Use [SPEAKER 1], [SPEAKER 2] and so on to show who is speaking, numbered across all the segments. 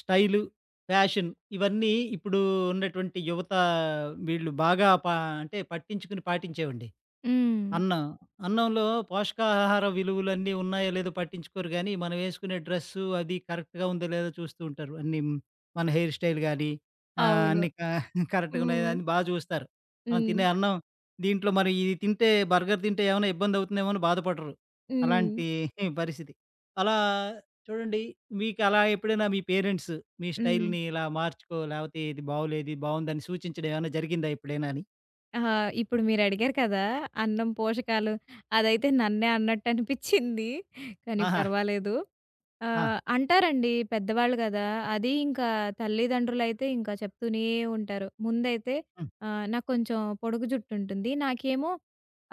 [SPEAKER 1] Style, fashion ఇవన్నీ ఇప్పుడు ఉన్నటువంటి యువత వీళ్ళు బాగా పా అంటే పట్టించుకుని పాటించేవండి.
[SPEAKER 2] హ్మ్.
[SPEAKER 1] అన్నం. అన్నంలో పోషకాహార విలువలన్నీ ఉన్నాయో లేదో పట్టించుకోరు గానీ, మనం యేసుకునే డ్రెస్సు అది కరెక్ట్‌గా ఉందో లేదో చూస్తూ ఉంటారు. అన్నీ మన హెయిర్ స్టైల్ గానీ,
[SPEAKER 2] అవును.
[SPEAKER 1] అన్నీ కరెక్ట్‌గా ఉన్నాయా
[SPEAKER 2] హ్మ్.
[SPEAKER 1] అని చూస్తారు. మనం
[SPEAKER 2] హ్మ్.
[SPEAKER 1] తినే అన్నం దీంట్లో మరి ఇది తింటే బర్గర్ తింటే ఏమైనా ఇబ్బందవుతుందేమో అని బాధపడరు.
[SPEAKER 2] హ్మ్.
[SPEAKER 1] అలాంటి పరిస్థితి. అలా చూడండి, మీకు అలా ఎప్పుడైనా మీ పేరెంట్స్ మీ
[SPEAKER 2] హ్మ్.
[SPEAKER 1] స్టైల్‌ని ఇలా మార్చుకో లేపోతే ఇది బాగోలేదు, ఇది బాగుందని సూచించడం ఏమైనా జరిగిందా ఎప్పుడైనా అని?
[SPEAKER 2] ఆహా! ఇప్పుడు మీరడిగారు కదా! అన్నం పోషకాలు అదైతే నన్నే అన్నట్టనిపిచ్చింది. కానీ
[SPEAKER 1] ఆహా!
[SPEAKER 2] పర్వాలేదు.
[SPEAKER 1] ఆ!
[SPEAKER 2] అంటారండి పెద్దవాళ్ళు గదా! అది ఇంకా తల్లిదండ్రులైతే ఇంకా చెప్తూనే ఉంటారు. ముందైతే
[SPEAKER 1] హ్మ్.
[SPEAKER 2] నాకు కొంచెం పొడుగు జుట్టుంటుంది. నాకేమో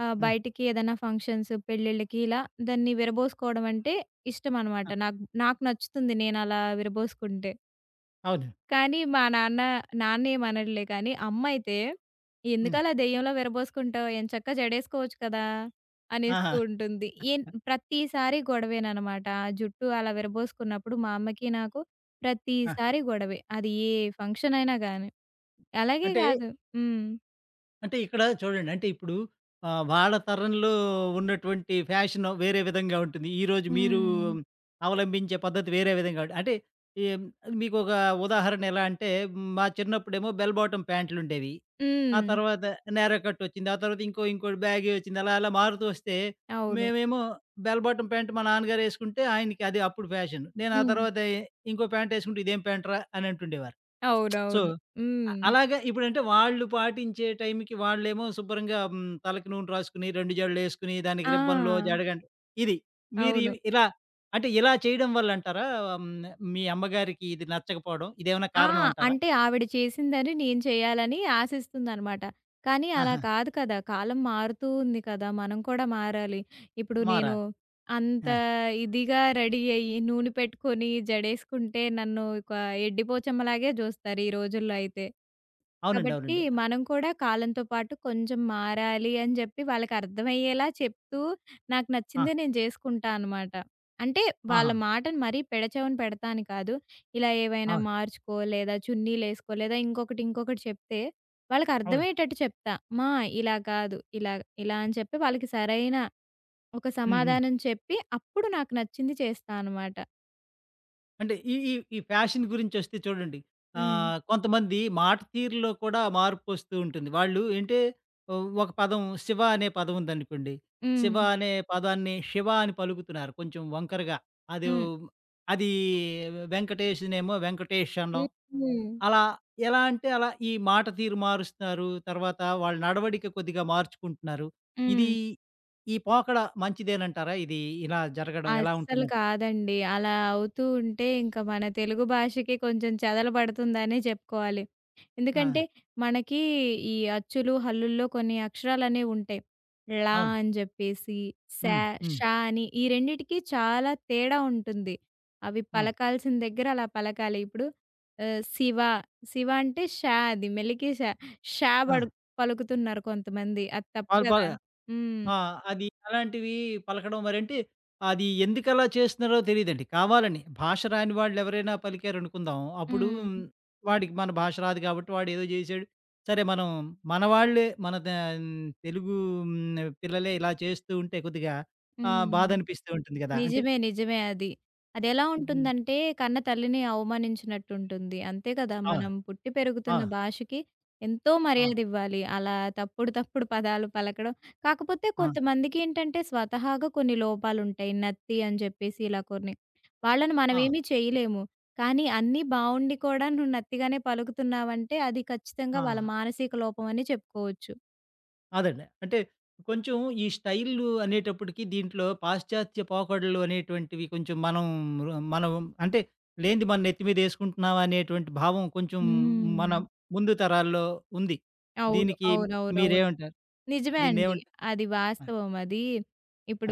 [SPEAKER 1] హ్మ్.
[SPEAKER 2] బయటికి ఏదైనా ఫంక్షన్స్, పెళ్ళిళ్ళకి ఇలా దాన్ని విరబోసుకోవడం అంటే ఇష్టమనమాట.
[SPEAKER 1] ఆ!
[SPEAKER 2] నాకు నాకు నచ్చుతుంది నేనలా విరబోసుకుంటే.
[SPEAKER 1] అవును.
[SPEAKER 2] కానీ మా నాన్న నాన్నేమనడులే కానీ, అమ్మయితే
[SPEAKER 1] హ్మ్.
[SPEAKER 2] "ఎందుకలా దెయ్యంలా విరబోసుకుంటావు? ఎంచక్కా జడేసుకోవచ్చు కదా!"
[SPEAKER 1] ఆహా!
[SPEAKER 2] అనేస్తూ ఉంటుంది. ప్రతిసారి గొడవేననమాట. ఆ జుట్టు అలా విరబోసుకున్నప్పుడు మా అమ్మకి నాకు
[SPEAKER 1] ఆ!
[SPEAKER 2] ప్రతిసారి గొడవే. అది ఏ ఫంక్షనయినా గానీ. అలాగే
[SPEAKER 1] అంటే,
[SPEAKER 2] గాదు. హ్మ్.
[SPEAKER 1] అంటే, ఇక్కడ చూడండి, అంటే ఇప్పుడు వాళ్ళ తరంలో ఉన్నటువంటి ఫ్యాషన్ వేరే విధంగా ఉంటుంది. ఈరోజు మీరు
[SPEAKER 2] హ్మ్.
[SPEAKER 1] అవలంబించే పద్ధతి వేరే విధంగా ఉంట అంటే ఏం మీకొక ఉదాహరణ ఎలా అంటే, మా చిన్నప్పుడేమో బెల్ బాటమ్ ప్యాంట్లుండేవి. ఆ
[SPEAKER 2] హ్మ్.
[SPEAKER 1] తర్వాత నేరో కట్ వచ్చింది. ఆ తర్వాత ఇంకోటి బ్యాగీ వచ్చింది. అలా అలా మారుతూ వస్తే
[SPEAKER 2] అవును.
[SPEAKER 1] మేమేమో బెల్ బాటమ్ ప్యాంట్ మా నాన్నగారేసుకుంటే ఆయనకి అది అప్పుడు ఫ్యాషన్. నేను ఆ
[SPEAKER 2] హ్మ్.
[SPEAKER 1] తర్వాత ఇంకో ప్యాంట్ ఏసుకుంటే ఇదేం ప్యాంట్‌రా అని అంటుండేవారు. సో,
[SPEAKER 2] అవునవును. హ్మ్.
[SPEAKER 1] అలాగా, ఇప్పుడంటే వాళ్ళు పాటించే టైంకి వాళ్ళేమో శుభ్రంగా హ్మ్, తలకి నూనె రాసుకొని, 2 జడలేసుకొని, దానికి రిబ్బన్‌లో
[SPEAKER 2] ఆ!
[SPEAKER 1] జడగంట ఇది. మీరు
[SPEAKER 2] అవును.
[SPEAKER 1] ఇలా, అంటే ఇలా చేయడం వల్లంటారా? హ్మ్, మీ అమ్మగారికి ఇది నచ్చకపోవడం ఇదేమన్నా
[SPEAKER 2] ఆ!
[SPEAKER 1] కారణం అంటారా?
[SPEAKER 2] అంటే ఆవిడ చేసిందని నేను చేయాలని ఆశిస్తుందనమాట. కానీ అలా
[SPEAKER 1] ఆహా!
[SPEAKER 2] కాదు కదా! కాలం మారుతూ ఉంది కదా! మనం కూడా మారాలి. ఇప్పుడు నేను
[SPEAKER 1] మారాలి.
[SPEAKER 2] అంత
[SPEAKER 1] ఆ!
[SPEAKER 2] ఇదిగా రెడీ అయ్యి, నూనె పెట్టుకొని, జడేసుకుంటే నన్ను ఒక ఎడ్డిపోచమ్మలాగే జూస్తారు ఈ రోజుల్లో అయితే.
[SPEAKER 1] అవునండి.
[SPEAKER 2] కాబట్టి
[SPEAKER 1] అవునండి.
[SPEAKER 2] మనం కూడా కాలంతో పాటు కొంచెం మారాలి అని చెప్పి వాళ్ళకర్థమయ్యేలా చెప్తూ, నాకు
[SPEAKER 1] ఆ!
[SPEAKER 2] నచ్చిందే నేను జేసుకుంటా అనమాట. అంటే వాళ్ళ
[SPEAKER 1] ఆహా!
[SPEAKER 2] మాటను మరీ పెడచెవిన పెడతా అని కాదు. ఇలా ఏవైనా
[SPEAKER 1] అవును.
[SPEAKER 2] మార్చుకో, లేదా చున్నీలేసుకో, లేదా ఇంకొకటి, ఇంకొకటి చెప్తే
[SPEAKER 1] అవును.
[SPEAKER 2] వాళ్ళకర్థమయ్యేటట్టు చెప్తా. మా ఇలా కాదు, ఇలా, ఇలా అని చెప్పి వాళ్ళకి సరైన ఒక
[SPEAKER 1] హ్మ్. హ్మ్.
[SPEAKER 2] సమాధానం చెప్పి, అప్పుడు నాకు నచ్చింది చేస్తా అనమాట.
[SPEAKER 1] అంటే ఈ ఈ ఈ ఫ్యాషన్ గురించొస్తే చూడండి.
[SPEAKER 2] హ్మ్.
[SPEAKER 1] కొంతమంది మాట తీరులో కూడా మార్పు వస్తూ ఉంటుంది. వాళ్ళు ఏంటే ఓహ్, ఒక పదం 'శివ' అనే పదం ఉందనుకోండి.
[SPEAKER 2] హ్మ్.
[SPEAKER 1] 'శివ' అనే పదాన్ని 'శివ' అని పలుకుతున్నారు కొంచెం వంకరగా. అదో
[SPEAKER 2] హ్మ్.
[SPEAKER 1] అది 'వెంకటేష్‌నేమో వెంకటేష్' అనడం.
[SPEAKER 2] హ్మ్. హ్మ్.
[SPEAKER 1] అలా ఎలా అంటే అలా ఈ మాట తీరు మారుస్తున్నారు. తర్వాత వాళ్ళ నడవడిక కొద్దిగా మార్చుకుంటున్నారు.
[SPEAKER 2] హ్మ్.
[SPEAKER 1] ఇది ఈ పోకడ మంచిదేనంటారా? ఇది ఇలా జరగడం ఎలా
[SPEAKER 2] అస్సలు
[SPEAKER 1] ఉంటుందంట?
[SPEAKER 2] కాదండి. అలా అవుతూ ఉంటే ఇంక మన తెలుగు భాషకి కొంచెం చెదలుబడుతుందనే చెప్పుకోవాలి.
[SPEAKER 1] ఆ!
[SPEAKER 2] ఎందుకంటే మనకి ఈ అచ్చులు, హల్లుల్లో కొన్ని అక్షరాలనేవి ఉంటాయి. ళ
[SPEAKER 1] అవును.
[SPEAKER 2] అని చెప్పేసి, శ,
[SPEAKER 1] హ్మ్.
[SPEAKER 2] ష
[SPEAKER 1] హ్మ్.
[SPEAKER 2] అని ఈ రెండిటికి చాలా తేడా ఉంటుంది. అవి
[SPEAKER 1] ఆ!
[SPEAKER 2] పలకాల్సిన దగ్గర అలా పలకాలి. ఇప్పుడు శివ, శివ అంటే ష, అది మెలికి ష, ష
[SPEAKER 1] ఆ!
[SPEAKER 2] బడు పలుకుతున్నారు కొంతమంది. అది తప్పు
[SPEAKER 1] పాలు
[SPEAKER 2] కదా!
[SPEAKER 1] పాలు
[SPEAKER 2] హ్మ్.
[SPEAKER 1] ఆ! అది అలాంటివి పలకడం మరంటే, అది ఎందుకలా చేస్తున్నారో తెలీదండి. కావాలని భాష రాని వాళ్ళెవరైనా పలికారనుకుందాం. అప్పుడు
[SPEAKER 2] హ్మ్.
[SPEAKER 1] వాడికి మన భాష రాదు కాబట్టి వాడేదో జేశాడు. సరే మనం మన వాళ్ళే మన దా తెలుగు హ్మ్, పిల్లలే ఇలా చేస్తూ ఉంటే కొద్దిగా
[SPEAKER 2] హ్మ్.
[SPEAKER 1] బాధనిపిస్తూ ఉంటుంది గదా! అంటే
[SPEAKER 2] నిజమే. నిజమే అది. అదెలా
[SPEAKER 1] హ్మ్.
[SPEAKER 2] ఉంటుందంటే, కన్న తల్లిని అవమానించినట్టుంటుంది. అంతే కదా!
[SPEAKER 1] ఆ!
[SPEAKER 2] మనం పుట్టి
[SPEAKER 1] ఆ!
[SPEAKER 2] పెరుగుతున్న భాషకి ఎంతో
[SPEAKER 1] అవును.
[SPEAKER 2] మర్యాదివ్వాలి. అలా తప్పుడు, తప్పుడు పదాలు పలకడం కాకపోతే
[SPEAKER 1] ఆ!
[SPEAKER 2] కొంతమందికేంటంటే, స్వతహాగా కొన్ని లోపాలుంటాయి. నత్తి అని చెప్పేసి ఇలా కొన్ని. వాళ్ళని
[SPEAKER 1] ఆ!
[SPEAKER 2] మనమేమి చేయలేము. కానీ అన్నీ బావుండి కూడా నువ్వు నత్తిగానే పలుకుతున్నావంటే, అది ఖచ్చితంగా
[SPEAKER 1] ఆ!
[SPEAKER 2] వాళ్ళ మానసిక లోపం అని చెప్పుకోవచ్చు.
[SPEAKER 1] అదండి. అంటే కొంచెం ఈ స్టైలు అనేటప్పటికి దీంట్లో పాశ్చాత్య పోకడలు అనేటువంటివి కొంచెం మనం మనం అంటే లేనిది మన నెత్తి మీద ఏసుకుంటున్నామా అనేటువంటి భావం కొంచెం
[SPEAKER 2] హ్మ్.
[SPEAKER 1] మన ముందు తరాల్లో ఉంది.
[SPEAKER 2] అవును.
[SPEAKER 1] దీనికి
[SPEAKER 2] అవునవునవును.
[SPEAKER 1] మీరేమంటారు?
[SPEAKER 2] నిజమే అండి.
[SPEAKER 1] దీన్నేమంటారు?
[SPEAKER 2] అది
[SPEAKER 1] ఆ!
[SPEAKER 2] వాస్తవం. అది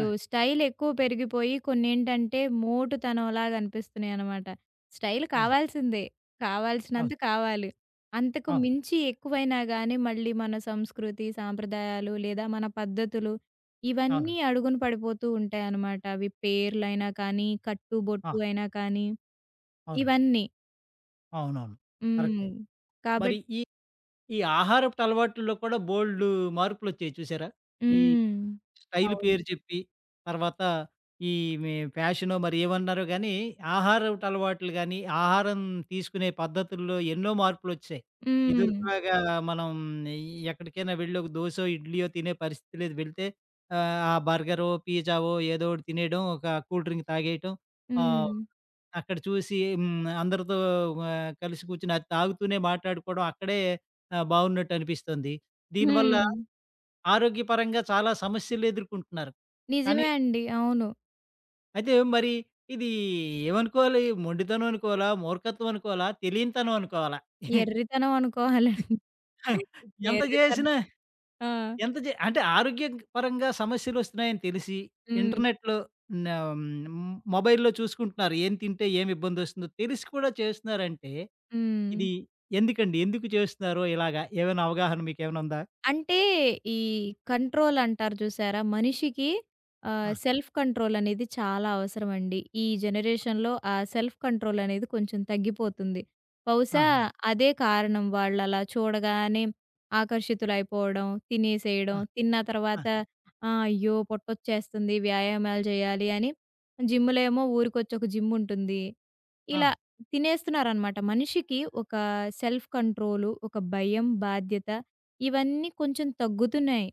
[SPEAKER 1] ఆ!
[SPEAKER 2] స్టైల్ ఎక్కువ పెరిగిపోయి కొన్నేంటంటే మోటుతనంలాగా అనిపిస్తున్నాయన్నమాట. స్టైల్
[SPEAKER 1] ఆ!
[SPEAKER 2] కావాల్సిందే. కావాల్సినంత
[SPEAKER 1] అవును.
[SPEAKER 2] కావాలి. అంతకు
[SPEAKER 1] అవును.
[SPEAKER 2] మించి ఎక్కువైనా గానీ మళ్ళీ మన సంస్కృతి, సాంప్రదాయాలు లేదా మన పద్ధతులు ఇవన్నీ
[SPEAKER 1] అవునండి.
[SPEAKER 2] అడుగున పడిపోతూ ఉంటాయన్నమాట. అవి పేర్లైనా కానీ, కట్టు,
[SPEAKER 1] ఆ!
[SPEAKER 2] బొట్టు అయినా కానీ
[SPEAKER 1] అవునండి.
[SPEAKER 2] ఇవన్నీ.
[SPEAKER 1] అవునవును.
[SPEAKER 2] హ్మ్.
[SPEAKER 1] కరెక్టే. మరి
[SPEAKER 2] కాబట్
[SPEAKER 1] ఈ, ఈ ఆహారపు అలవాటుల్లో కూడా బోలెడు మార్పులొచ్చాయి చూసారా? ఈ
[SPEAKER 2] హ్మ్.
[SPEAKER 1] స్టైల్
[SPEAKER 2] అవును.
[SPEAKER 1] పేరు చెప్పి, తర్వాత ఈ మే ఫ్యాషనో మరి ఏమన్నారో గానీ, ఆహారపు అలవాట్లు గానీ, ఆహారం తీసుకునే పద్ధతుల్లో ఎన్నో మార్పులొచ్చేశాయి.
[SPEAKER 2] హ్మ్.
[SPEAKER 1] ఇదివరకులాగా మనం ఎక్కడికైనా వెళ్ళి ఒక దోసో, ఇడ్లీయో తినే పరిస్థితి లేదు. వెళ్తే ఆ బర్గరో, పిజ్జావో ఏదో ఒకటి తినేయడం, ఒక కూల్ డ్రింక్ తాగేయటం. ఆహ్,
[SPEAKER 2] హ్మ్.
[SPEAKER 1] అక్కడ చూసి హ్మ్, అందరితో కలిసి కూర్చొని అది తాగుతూనే మాట్లాడుకోవడం అక్కడే బావున్నట్టు అనిపిస్తుంది. దీనివల్ల
[SPEAKER 2] హ్మ్.
[SPEAKER 1] ఆరోగ్యపరంగా చాలా సమస్యలు ఎదుర్కొంటున్నారు. కానీ
[SPEAKER 2] నిజమే అండి. అవును.
[SPEAKER 1] అయితే మరి ఇది ఏమనుకోవాలి? మొండితనం అనుకోవాలా? మూర్ఖత్వం అనుకోవాలా? తెలియనితనం అనుకోవాలా?
[SPEAKER 2] ఎర్రితనం అనుకోవాలండి.
[SPEAKER 1] ఎంత
[SPEAKER 2] ఎర్రితనం.
[SPEAKER 1] జేసినా
[SPEAKER 2] ఆ!
[SPEAKER 1] ఎంత జే అంటే ఆరోగ్య పరంగా సమస్యలొస్తున్నాయని తెలిసి
[SPEAKER 2] హ్మ్.
[SPEAKER 1] ఇంటర్నెట్‌లో హ్మ్, మొబైల్‌లో చూసుకుంటున్నారు. ఏం తింటే ఏమి ఇబ్బందొస్తుందో తెలిసి కూడా చేస్తున్నారంటే
[SPEAKER 2] హ్మ్.
[SPEAKER 1] ఇది ఎందుకండి? ఎందుకు చేస్తున్నారో ఇలాగా? ఏమైనా అవగాహన మీకేమైనా ఉందా?
[SPEAKER 2] అంటే, ఈ కంట్రోల్ అంటారు చూసారా? మనిషికి
[SPEAKER 1] ఆ!
[SPEAKER 2] సెల్ఫ్ కంట్రోల్ అనేది చాలా అవసరమండి. ఈ జనరేషన్‌లో ఆ సెల్ఫ్ కంట్రోల్ అనేది కొంచెం తగ్గిపోతుంది.
[SPEAKER 1] ఆ!
[SPEAKER 2] బహుశా అదే కారణం వాళ్ళలా చూడగానే ఆకర్షితులైపోవడం, తినేసేయడం,
[SPEAKER 1] ఆ!
[SPEAKER 2] తిన్న
[SPEAKER 1] ఆ!
[SPEAKER 2] తర్వాత ఆ! అయ్యో! పొట్టొచ్చేస్తుంది వ్యాయామాలు చేయాలి అని జిమ్‌లో ఏమో ఊరికొచ్చి ఒక జిమ్ ఉంటుంది.
[SPEAKER 1] ఆ!
[SPEAKER 2] ఇలా తినేస్తున్నారనమాట. మనిషికి ఒక సెల్ఫ్ కంట్రోలు, ఒక భయం, బాధ్యత ఇవన్నీ కొంచెం తగ్గుతున్నాయి.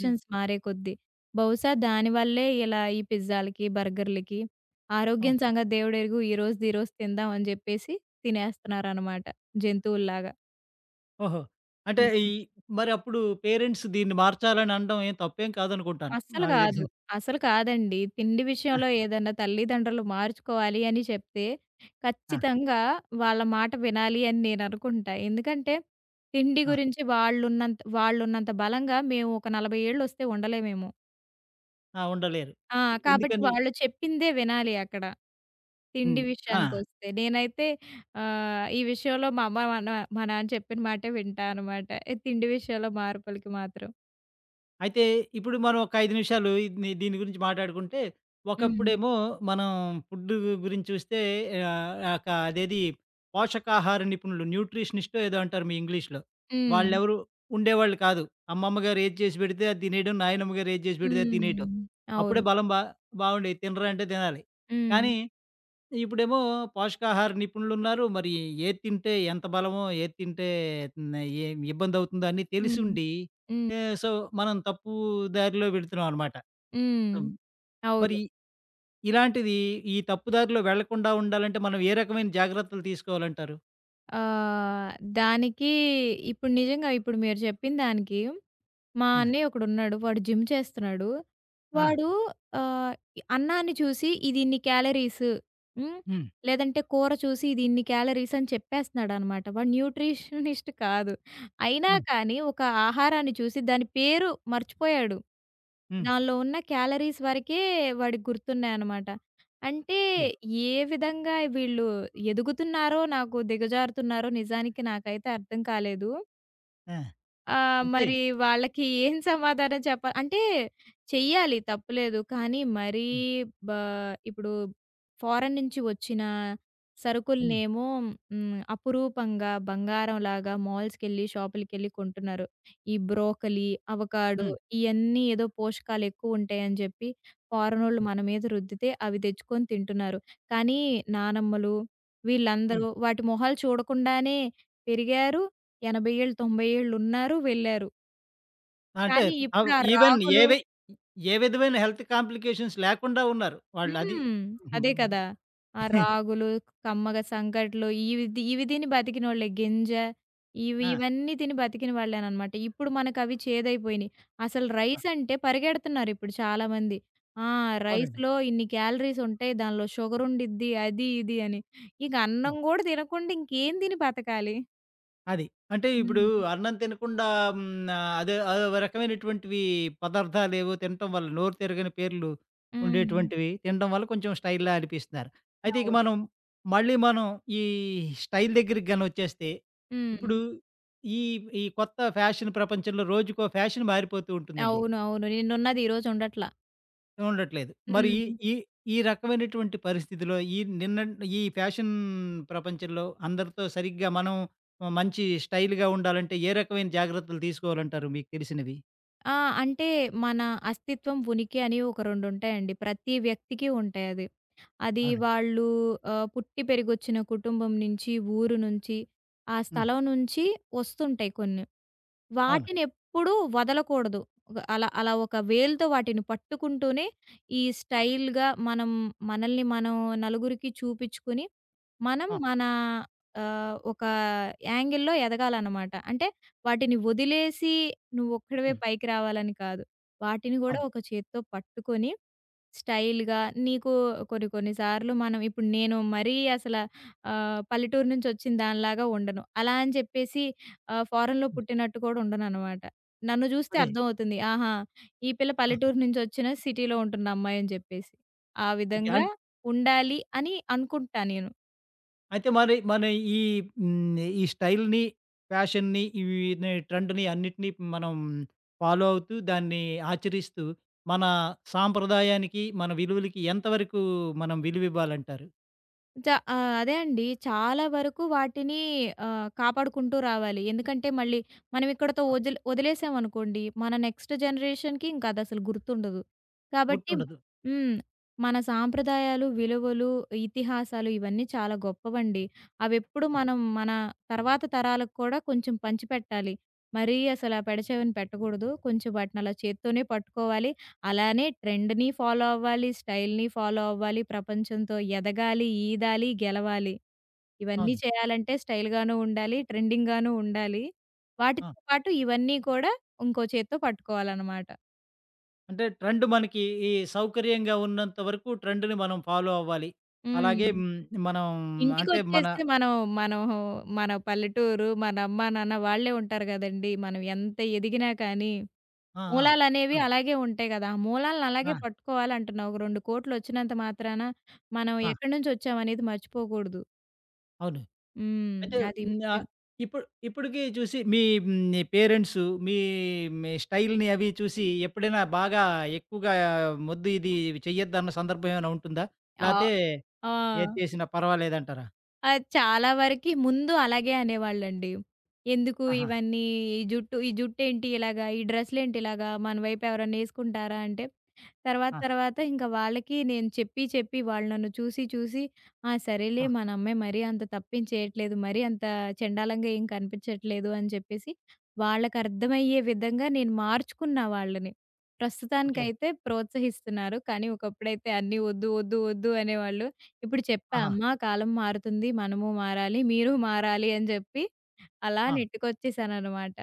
[SPEAKER 1] హ్మ్.
[SPEAKER 2] మారే కొద్దీ. బహుశా దానివల్లే ఇలా ఈ పిజ్జాలకి, బర్గర్‌లకి
[SPEAKER 1] ఆ!
[SPEAKER 2] ఆరోగ్యం సంగతి దేవుడెరుగు ఈ రోజుది ఈ రోజు తిందాం అని జెప్పేసి తినేస్తున్నారనమాట జంతువుల్లాగా.
[SPEAKER 1] ఓహో! అంటే ఈ
[SPEAKER 2] హ్మ్.
[SPEAKER 1] మరప్పుడు పేరెంట్స్ దీన్ని మార్చాలని అనడం ఏం తప్పేం కాదనుకుంటాను.
[SPEAKER 2] అస్సలు
[SPEAKER 1] నాకు
[SPEAKER 2] కాదు.
[SPEAKER 1] తెలిసి.
[SPEAKER 2] అసలు కాదండి. తిండి
[SPEAKER 1] ఆ!
[SPEAKER 2] విషయంలో ఏదన్నా తల్లిదండ్రులు మార్చుకోవాలి అని చెప్తే
[SPEAKER 1] ఆ!
[SPEAKER 2] ఖచ్చితంగా వాళ్ళ మాట వినాలి అని నేననుకుంటా. ఎందుకంటే తిండి
[SPEAKER 1] ఆ!
[SPEAKER 2] గురించి వాళ్ళున్నంత వాళ్ళున్నంత బలంగా మేము ఒక 40 ఏళ్ళొస్తే ఉండలేమేమో.
[SPEAKER 1] ఆ! ఉండలేరు.
[SPEAKER 2] ఆ! కాబట్టి
[SPEAKER 1] ఎందుకని
[SPEAKER 2] వాళ్ళు చెప్పిందే వినాలి అక్కడ. తిండి
[SPEAKER 1] హ్మ్. ఆ!
[SPEAKER 2] విషయానికొస్తే. నేనైతే ఈ విషయంలో మా అమ్మ, మా నాన్న చెప్పిన మాటే వింటా అనమాట. ఈ తిండి విషయంలో మార్పులకి మాత్రం.
[SPEAKER 1] అయితే ఇప్పుడు మనం ఒక 5 నిమిషాలు ఇది దీని గురించి మాట్లాడుకుంటే,
[SPEAKER 2] హ్మ్.
[SPEAKER 1] ఒకప్పుడేమో మనం ఫుడ్డు గురించి చూస్తే ఒక అదేది పోషకాహార నిపుణులు న్యూట్రిషనిస్టో ఏదో అంటారు మీ ఇంగ్లీష్‌లో.
[SPEAKER 2] హ్మ్.
[SPEAKER 1] వాళ్ళెవరు ఉండేవాళ్ళు కాదు. అమ్మమ్మ గారు ఏది చేసి పెడితే అది తినేయడం, నాయనమ్మ గారు ఏది చేసి పెడితే అది తినేయటం.
[SPEAKER 2] హ్మ్.
[SPEAKER 1] అప్పుడే
[SPEAKER 2] అవును.
[SPEAKER 1] బలం బా బాగుండేది. తినరా అంటే తినాలి.
[SPEAKER 2] హ్మ్.
[SPEAKER 1] కానీ ఇప్పుడేమో పోషకాహార నిపుణులున్నారు. మరి ఏది తింటే ఎంత బలమో, ఏది తింటే హ్మ్, ఏం ఇబ్బందవుతుందో అన్నీ
[SPEAKER 2] హ్మ్.
[SPEAKER 1] తెలిసుండి
[SPEAKER 2] హ్మ్.
[SPEAKER 1] సో, మనం తప్పు దారిలో వెడుతున్నాం అనమాట.
[SPEAKER 2] హ్మ్.
[SPEAKER 1] హ్మ్.
[SPEAKER 2] అవును.
[SPEAKER 1] మరి ఇలాంటిది ఈ తప్పు దారిలో వెళ్ళకుండా ఉండాలంటే మనం ఏ రకమైన జాగ్రత్తలు తీసుకోవాలంటారు?
[SPEAKER 2] ఆహ్, దానికి ఇప్పుడు నిజంగా ఇప్పుడు మీరు చెప్పిన దానికి మా
[SPEAKER 1] ఆ!
[SPEAKER 2] అన్నయ్య ఒకడున్నాడు. వాడు జిమ్ చేస్తున్నాడు.
[SPEAKER 1] ఆ!
[SPEAKER 2] వాడు ఆహ్, అన్నాన్ని చూసి ఇది ఇన్ని క్యాలరీస్. హ్మ్.
[SPEAKER 1] హ్మ్.
[SPEAKER 2] లేదంటే కూర చూసి ఇది ఇన్ని క్యాలరీస్ అని చెప్పేస్తున్నాడనమాట. వాడు న్యూట్రిషనిస్ట్ కాదు. అయినా
[SPEAKER 1] హ్మ్.
[SPEAKER 2] కానీ ఒక ఆహారాన్ని చూసి దాని పేరు మర్చిపోయాడు.
[SPEAKER 1] హ్మ్.
[SPEAKER 2] దానిలో ఉన్న క్యాలరీస్ వరకే వాడికి గుర్తున్నాయనమాట. అంటే
[SPEAKER 1] హ్మ్.
[SPEAKER 2] ఏ విధంగా వీళ్ళు ఎదుగుతున్నారో, నాకు దిగజారుతున్నారో నిజానికి నాకైతే అర్థం కాలేదు.
[SPEAKER 1] ఆ!
[SPEAKER 2] ఆ!
[SPEAKER 1] అంటే
[SPEAKER 2] మరి వాళ్ళకి ఏం సమాధానం చెప్పా అంటే చెయ్యాలి తప్పులేదు. కానీ మరీ
[SPEAKER 1] హ్మ్.
[SPEAKER 2] బా ఇప్పుడు ఫారెన్ నుంచి వచ్చిన
[SPEAKER 1] హ్మ్.
[SPEAKER 2] సరుకులనేమో హ్మ్, అపురూపంగా బంగారంలాగా మాల్స్‌కెళ్ళి, షాపులకెళ్ళి కొంటున్నారు. ఈ బ్రోకలి, అవకాడో
[SPEAKER 1] హ్మ్.
[SPEAKER 2] ఇయన్నీ ఏదో పోషకాలెక్కువుంటాయని జెప్పి ఫారెనోళ్ళు మన మీద రుద్దితే అవి తెచ్చుకొని తింటున్నారు. కానీ నానమ్మలు
[SPEAKER 1] హ్మ్.
[SPEAKER 2] వీళ్ళందరూ వాటి మొహాలు చూడకుండానే పెరిగారు. 80 ఏళ్ళు, 90 ఏళ్ళు ఉన్నారు, వెళ్లారు.
[SPEAKER 1] అంటే
[SPEAKER 2] కానీ ఇప్పుడు
[SPEAKER 1] అవ్
[SPEAKER 2] ఆ
[SPEAKER 1] ఈవెన్
[SPEAKER 2] రాగులు
[SPEAKER 1] ఏవి ఏ విధమైన హెల్త్ కాంప్లికేషన్స్ లేకుండా ఉన్నారు వాళ్ళు. అది
[SPEAKER 2] హ్మ్. అదే
[SPEAKER 1] హ్మ్.
[SPEAKER 2] కదా! ఆ రాగులు, కమ్మగ సంకట్లు ఇవి తిని బతికినోళ్ళే. ఇవి
[SPEAKER 1] ఆ!
[SPEAKER 2] ఇవన్నీ తిని బతికిన వాళ్ళేననమాట. ఇప్పుడు మనకవి చేదైపోయినియి. అసలు రైస్ అంటే పరిగెడుతున్నారిప్పుడు చాలామంది. ఆ!
[SPEAKER 1] అవునండి.
[SPEAKER 2] రైస్‌లో ఇన్ని క్యాలరీస్ ఉంటాయి. దానిలో షుగర్ ఉండిద్ది. అది ఇది అని. ఇక అన్నం
[SPEAKER 1] హ్మ్.
[SPEAKER 2] గూడా తినకుండా ఇంకేం తిని బతకాలి?
[SPEAKER 1] అది. అంటే ఇప్పుడు
[SPEAKER 2] హ్మ్.
[SPEAKER 1] అన్నం తినకుండా హ్మ్, అదే అదో రకమైనటువంటివి పదార్థాలేవో తినటం వల్ల నోరు తిరగని పేర్లు
[SPEAKER 2] హ్మ్.
[SPEAKER 1] ఉండేటువంటివి తినడం వల్ల కొంచెం స్టైల్‌లా అనిపిస్తున్నారు. అయితే ఇక
[SPEAKER 2] అవును.
[SPEAKER 1] మనం మళ్ళీ మనం ఈ స్టైల్ దగ్గరికి గాని వచ్చేస్తే,
[SPEAKER 2] హ్మ్.
[SPEAKER 1] ఇప్పుడు ఈ ఈ కొత్త ఫ్యాషన్ ప్రపంచంలో రోజుకో ఫ్యాషన్ మారిపోతూ ఉంటుందండి.
[SPEAKER 2] అవును. అవును. నిన్నున్నది ఈరోజు ఉండట్ల.
[SPEAKER 1] ఉండట్లేదు. మరి
[SPEAKER 2] హ్మ్.
[SPEAKER 1] ఈ ఈ రకమైనటువంటి పరిస్థితిలో ఈ నిన్న ఈ ఫ్యాషన్ ప్రపంచంలో అందరితో సరిగ్గా మనం మంచి స్టైల్‌గా ఉండాలంటే ఏ రకమైన జాగ్రత్తలు తీసుకోవాలంటారు మీకు తెలిసినవి?
[SPEAKER 2] ఆ! అంటే మన అస్తిత్వం, ఉనికి అని ఒక 2 ఉంటాయండి. ప్రతి వ్యక్తికి ఉంటాయి అది. అది
[SPEAKER 1] అవును.
[SPEAKER 2] వాళ్ళు పుట్టి పెరిగొచ్చిన కుటుంబం నుంచి, ఊరు నుంచి, ఆ
[SPEAKER 1] హ్మ్.
[SPEAKER 2] స్థలం నుంచి వస్తుంటాయి కొన్ని.
[SPEAKER 1] అవును.
[SPEAKER 2] వాటినెప్పుడూ వదలకూడదు. ఒక అలా అలా ఒక వేలుతో వాటిని పట్టుకుంటూనే ఈ
[SPEAKER 1] ఆ!
[SPEAKER 2] స్టైల్‌గా మనం మనల్ని నలుగురికి చూపిచ్చుకొని, మనం
[SPEAKER 1] ఆ!
[SPEAKER 2] మన ఒక యాంగిల్‌లో ఎదగాలనమాట. అంటే వాటిని వదిలేసి నువ్వొక్కడివే
[SPEAKER 1] హ్మ్.
[SPEAKER 2] పైకి రావాలని కాదు. వాటిని గూడా
[SPEAKER 1] అవును.
[SPEAKER 2] ఒక చేత్తో పట్టుకొని స్టైల్‌గా నీకు కొన్ని కొన్ని సార్లు మనం ఇప్పుడు నేను మరీ అసల పల్లెటూరు నుంచొచ్చిన దానిలాగా ఉండను. అలా అని చెప్పేసి ఫారెన్‌లో
[SPEAKER 1] హ్మ్.
[SPEAKER 2] పుట్టినట్టు కూడా ఉండననమాట. నన్ను జూస్తే
[SPEAKER 1] అదే.
[SPEAKER 2] అర్థమవుతుంది. ఆహా! ఈ పిల్ల
[SPEAKER 1] ఆహా!
[SPEAKER 2] పల్లెటూరు నుంచొచ్చిన సిటీలో ఉంటున్న అమ్మాయి అని జెప్పేసి. ఆ
[SPEAKER 1] ఓకే.
[SPEAKER 2] విధంగా
[SPEAKER 1] అన్
[SPEAKER 2] ఉండాలి అని అనుకుంటా నేను.
[SPEAKER 1] అయితే మరి మన ఈ హ్మ్. ఈ స్టైల్‌ని, ఫ్యాషన్‌ని ఇవి ని ట్రెండ్‌ని అన్నిటిని మనం ఫాలో అవుతూ దాన్ని ఆచరిస్తూ మన సాంప్రదాయానికి, మన విలువలకి ఎంతవరకు మనం విలువివ్వాలంటారు?
[SPEAKER 2] జ అదే అండి. చాలా వరకు వాటిని కాపాడుకుంటూ రావాలి. ఎందుకంటే మళ్ళీ మనం ఇక్కడితో
[SPEAKER 1] ఆ!
[SPEAKER 2] వదిలేసామనుకోండి, మన నెక్స్ట్ జనరేషన్‌కి ఇంకా అదసలు గుర్తుండదు. కాబట్టి
[SPEAKER 1] గుర్తుండదు.
[SPEAKER 2] హ్మ్. మన సాంప్రదాయాలు, విలువలు, ఇతిహాసాలు ఇవన్నీ చాలా గొప్పవండి. అవెప్పుడు
[SPEAKER 1] హ్మ్.
[SPEAKER 2] మనం మన తర్వాత తరాలకు కూడా కొంచెం పంచిపెట్టాలి. మరీ అసల పెడచెవిన పెట్టకూడదు. కొంచెం వాటిని అలా చేత్తోనే పట్టుకోవాలి. అలానే ట్రెండ్‌ని ఫాలో అవ్వాలి, స్టైల్‌ని ఫాలో అవ్వాలి, ప్రపంచంతో ఎదగాలి, ఈదాలి, గెలవాలి. ఇవన్నీ
[SPEAKER 1] అవును.
[SPEAKER 2] చేయాలంటే స్టైల్‌గాను ఉండాలి, ట్రెండింగ్‌గాను ఉండాలి.
[SPEAKER 1] ఆ!
[SPEAKER 2] వాటితో పాటు ఇవన్నీ కూడా ఇంకో చేత్తో పట్టుకోవాలనమాట.
[SPEAKER 1] అంటే ట్రెండ్ మనకి ఈ సౌకర్యంగా ఉన్నంత వరకు ట్రెండ్‌ని మనం ఫాలో అవ్వాలి. అలాగే
[SPEAKER 2] హ్మ్.
[SPEAKER 1] హ్మ్, మనం అంటే మన
[SPEAKER 2] ఇంటికొచ్చేస్తే మనం మనం మన పల్లెటూరు, మన అమ్మా, నాన్న వాళ్ళే ఉంటారు గదండీ! మనం ఎంత ఎదిగినా కానీ,
[SPEAKER 1] ఆ! ఆ! ఆ!
[SPEAKER 2] మూలాలనేవి అలాగే ఉంటాయి గదా! ఆ మూలాలను
[SPEAKER 1] ఆ!
[SPEAKER 2] అలాగే పట్టుకోవాలంటున్నా. ఒక 2 కోట్లొచ్చినంత మాత్రాన మనం
[SPEAKER 1] ఆ!
[SPEAKER 2] ఎక్కడి నుంచొచ్చామనేది మర్చిపోకూడదు.
[SPEAKER 1] అవును.
[SPEAKER 2] హ్మ్.
[SPEAKER 1] అయితే
[SPEAKER 2] అది
[SPEAKER 1] హ్మ్,
[SPEAKER 2] ముఖ్యం.
[SPEAKER 1] ఇప్పుడు ఇప్పటికి చూసి మీ హ్మ్, మీ పేరెంట్స్ మీ మీ స్టైల్‌ని అవి చూసి ఎప్పుడైనా బాగా ఎక్కువగా "మొద్దు ఇది చెయ్యొద్దన్న" సందర్భం ఏమైనా ఉంటుందా?
[SPEAKER 2] ఆహ్,
[SPEAKER 1] లేతే
[SPEAKER 2] ఆ!
[SPEAKER 1] ఏది చేసినా పర్వాలేదంటారా?
[SPEAKER 2] అది చాలా వరకి ముందు అలాగే అనేవాళ్ళండి. ఎందుకు
[SPEAKER 1] ఆహా!
[SPEAKER 2] ఇవన్నీ ఈ జుట్టేంటి ఇలాగా? ఈ డ్రెస్‌లేంటి ఇలాగా? మన వైపు ఎవరన్నా యేసుకుంటారా అంటే, తర్వాత
[SPEAKER 1] ఆ!
[SPEAKER 2] తర్వాత ఇంకా వాళ్ళకి నేను చెప్పి చెప్పి వాళ్ళు నన్ను చూసి చూసి ఆ! సరేలే
[SPEAKER 1] ఆ!
[SPEAKER 2] మన అమ్మాయి మరీ అంత తప్పేం చేయట్లేదు. మరీ అంత చెండాలంగా ఏం కనిపించట్లేదు అని చెప్పేసి వాళ్ళకర్థమయ్యే విధంగా నేను మార్చుకున్నా వాళ్ళని.
[SPEAKER 1] ఓకే.
[SPEAKER 2] ప్రస్తుతానికైతే ప్రోత్సహిస్తున్నారు. కానీ ఒకప్పుడైతే అన్నీ వద్దు, వద్దు, వద్దు అనేవాళ్ళు. ఇప్పుడు చెప్పా
[SPEAKER 1] ఆహా!
[SPEAKER 2] అమ్మా కాలం మారుతుంది. మనము మారాలి. మీరు మారాలి అని చెప్పి అలా
[SPEAKER 1] ఆ!
[SPEAKER 2] నెట్టుకొచ్చేసాననమాట.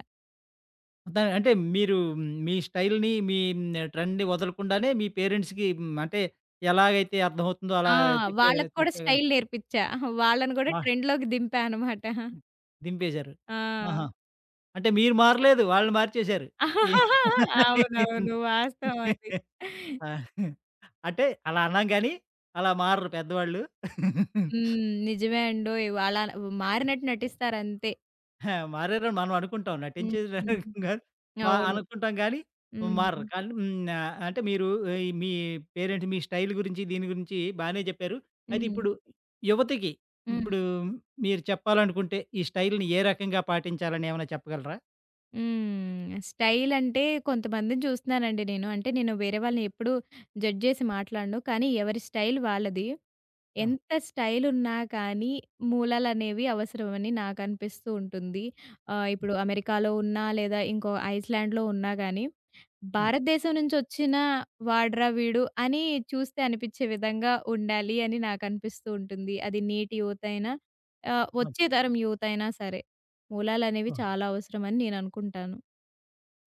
[SPEAKER 1] దా అంటే మీరు మ్, మీ స్టైల్‌ని, మీ ట్రెండ్‌ని వదలకుండానే మీ పేరెంట్స్‌కి హ్మ్, అంటే ఎలాగైతే అర్థమవుతుందో
[SPEAKER 2] ఆ!
[SPEAKER 1] అలా చెప్పారు
[SPEAKER 2] వాళ్ళకి కూడా
[SPEAKER 1] చక్కగా.
[SPEAKER 2] స్టైల్ నేర్పిచ్చా. వాళ్ళని కూడా
[SPEAKER 1] మా
[SPEAKER 2] ట్రెండ్‌లోకి దింపా అనమాట.
[SPEAKER 1] దింపేశారు.
[SPEAKER 2] ఆ!
[SPEAKER 1] ఆహా! అంటే మీరు మారలేదు. వాళ్ళు మార్చేశారు. ఏ
[SPEAKER 2] అవునవును. వాస్తవం అది.
[SPEAKER 1] ఆ! అంటే అలా అన్నాం గానీ, అలా మారరు పెద్దవాళ్ళు.
[SPEAKER 2] హ్మ్. నిజమే అండోయ్! అలా మారినట్టు నటిస్తారంతే.
[SPEAKER 1] ఆ! మారారని మనం అనుకుంటాం. నటించేదానికి
[SPEAKER 2] హ్మ్.
[SPEAKER 1] కాదు. మా
[SPEAKER 2] అవును.
[SPEAKER 1] అనుకుంటాం గానీ, మారరు.
[SPEAKER 2] హ్మ్.
[SPEAKER 1] కానీ హ్మ్. అంటే మీరు ఈ మీ పేరేంటి మీ స్టైల్ గురించి, దీని గురించి బానే చెప్పారు. అయితే
[SPEAKER 2] హ్మ్.
[SPEAKER 1] ఇప్పుడు యువతకి
[SPEAKER 2] హ్మ్.
[SPEAKER 1] ఇప్పుడు మీరు చెప్పాలనుకుంటే, ఈ స్టైల్‌ని ఏ రకంగా పాటించాలని ఏమైనా చెప్పగలరా?
[SPEAKER 2] హ్మ్. స్టైల్ అంటే కొంతమందిని చూస్తున్నానండి నేను. అంటే నేను వేరే వాళ్ళని ఎప్పుడూ జడ్జ్ చేసి మాట్లాడను. కానీ ఎవరి స్టైల్ వాళ్ళది.
[SPEAKER 1] ఆ!
[SPEAKER 2] ఎంత స్టైల్ ఉన్నా కానీ మూలాలనేవి అవసరమని నాకు అనిపిస్తూ ఉంటుంది.
[SPEAKER 1] హ్మ్.
[SPEAKER 2] ఇప్పుడు అమెరికాలో ఉన్నా లేదా ఇంకో ఐస్‌లాండ్‌లో ఉన్నా గాని
[SPEAKER 1] హ్మ్.
[SPEAKER 2] భారతదేశం నుంచొచ్చిన వాడ్రా వీడు అని చూస్తే అనిపిచ్చే విధంగా ఉండాలి అని నాకనిపిస్తూ ఉంటుంది. అది నేటి యువతైనా,
[SPEAKER 1] అవును.
[SPEAKER 2] వచ్చే తరం యువతైనా సరే. మూలాలనేవి
[SPEAKER 1] ఆ!
[SPEAKER 2] చాలా అవసరమని నేననుకుంటాను.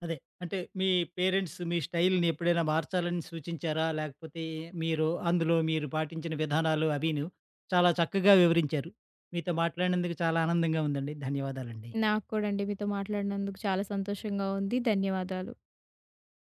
[SPEAKER 1] అదే. అంటే మీ పేరెంట్స్ మీ స్టైల్‌ని ఎప్పుడైనా మార్చాలని సూచించారా? లేకపోతే మీరు పాటించిన విధానాలు అవిను చాలా చక్కగా వివరించారు. మీతో మాట్లాడినందుకు చాలా ఆనందంగా ఉందండి. ధన్యవాదాలండి.
[SPEAKER 2] నాకు కూడా అండి మీతో మాట్లాడినందుకు చాలా సంతోషంగా ఉంది. ధన్యవాదాలు.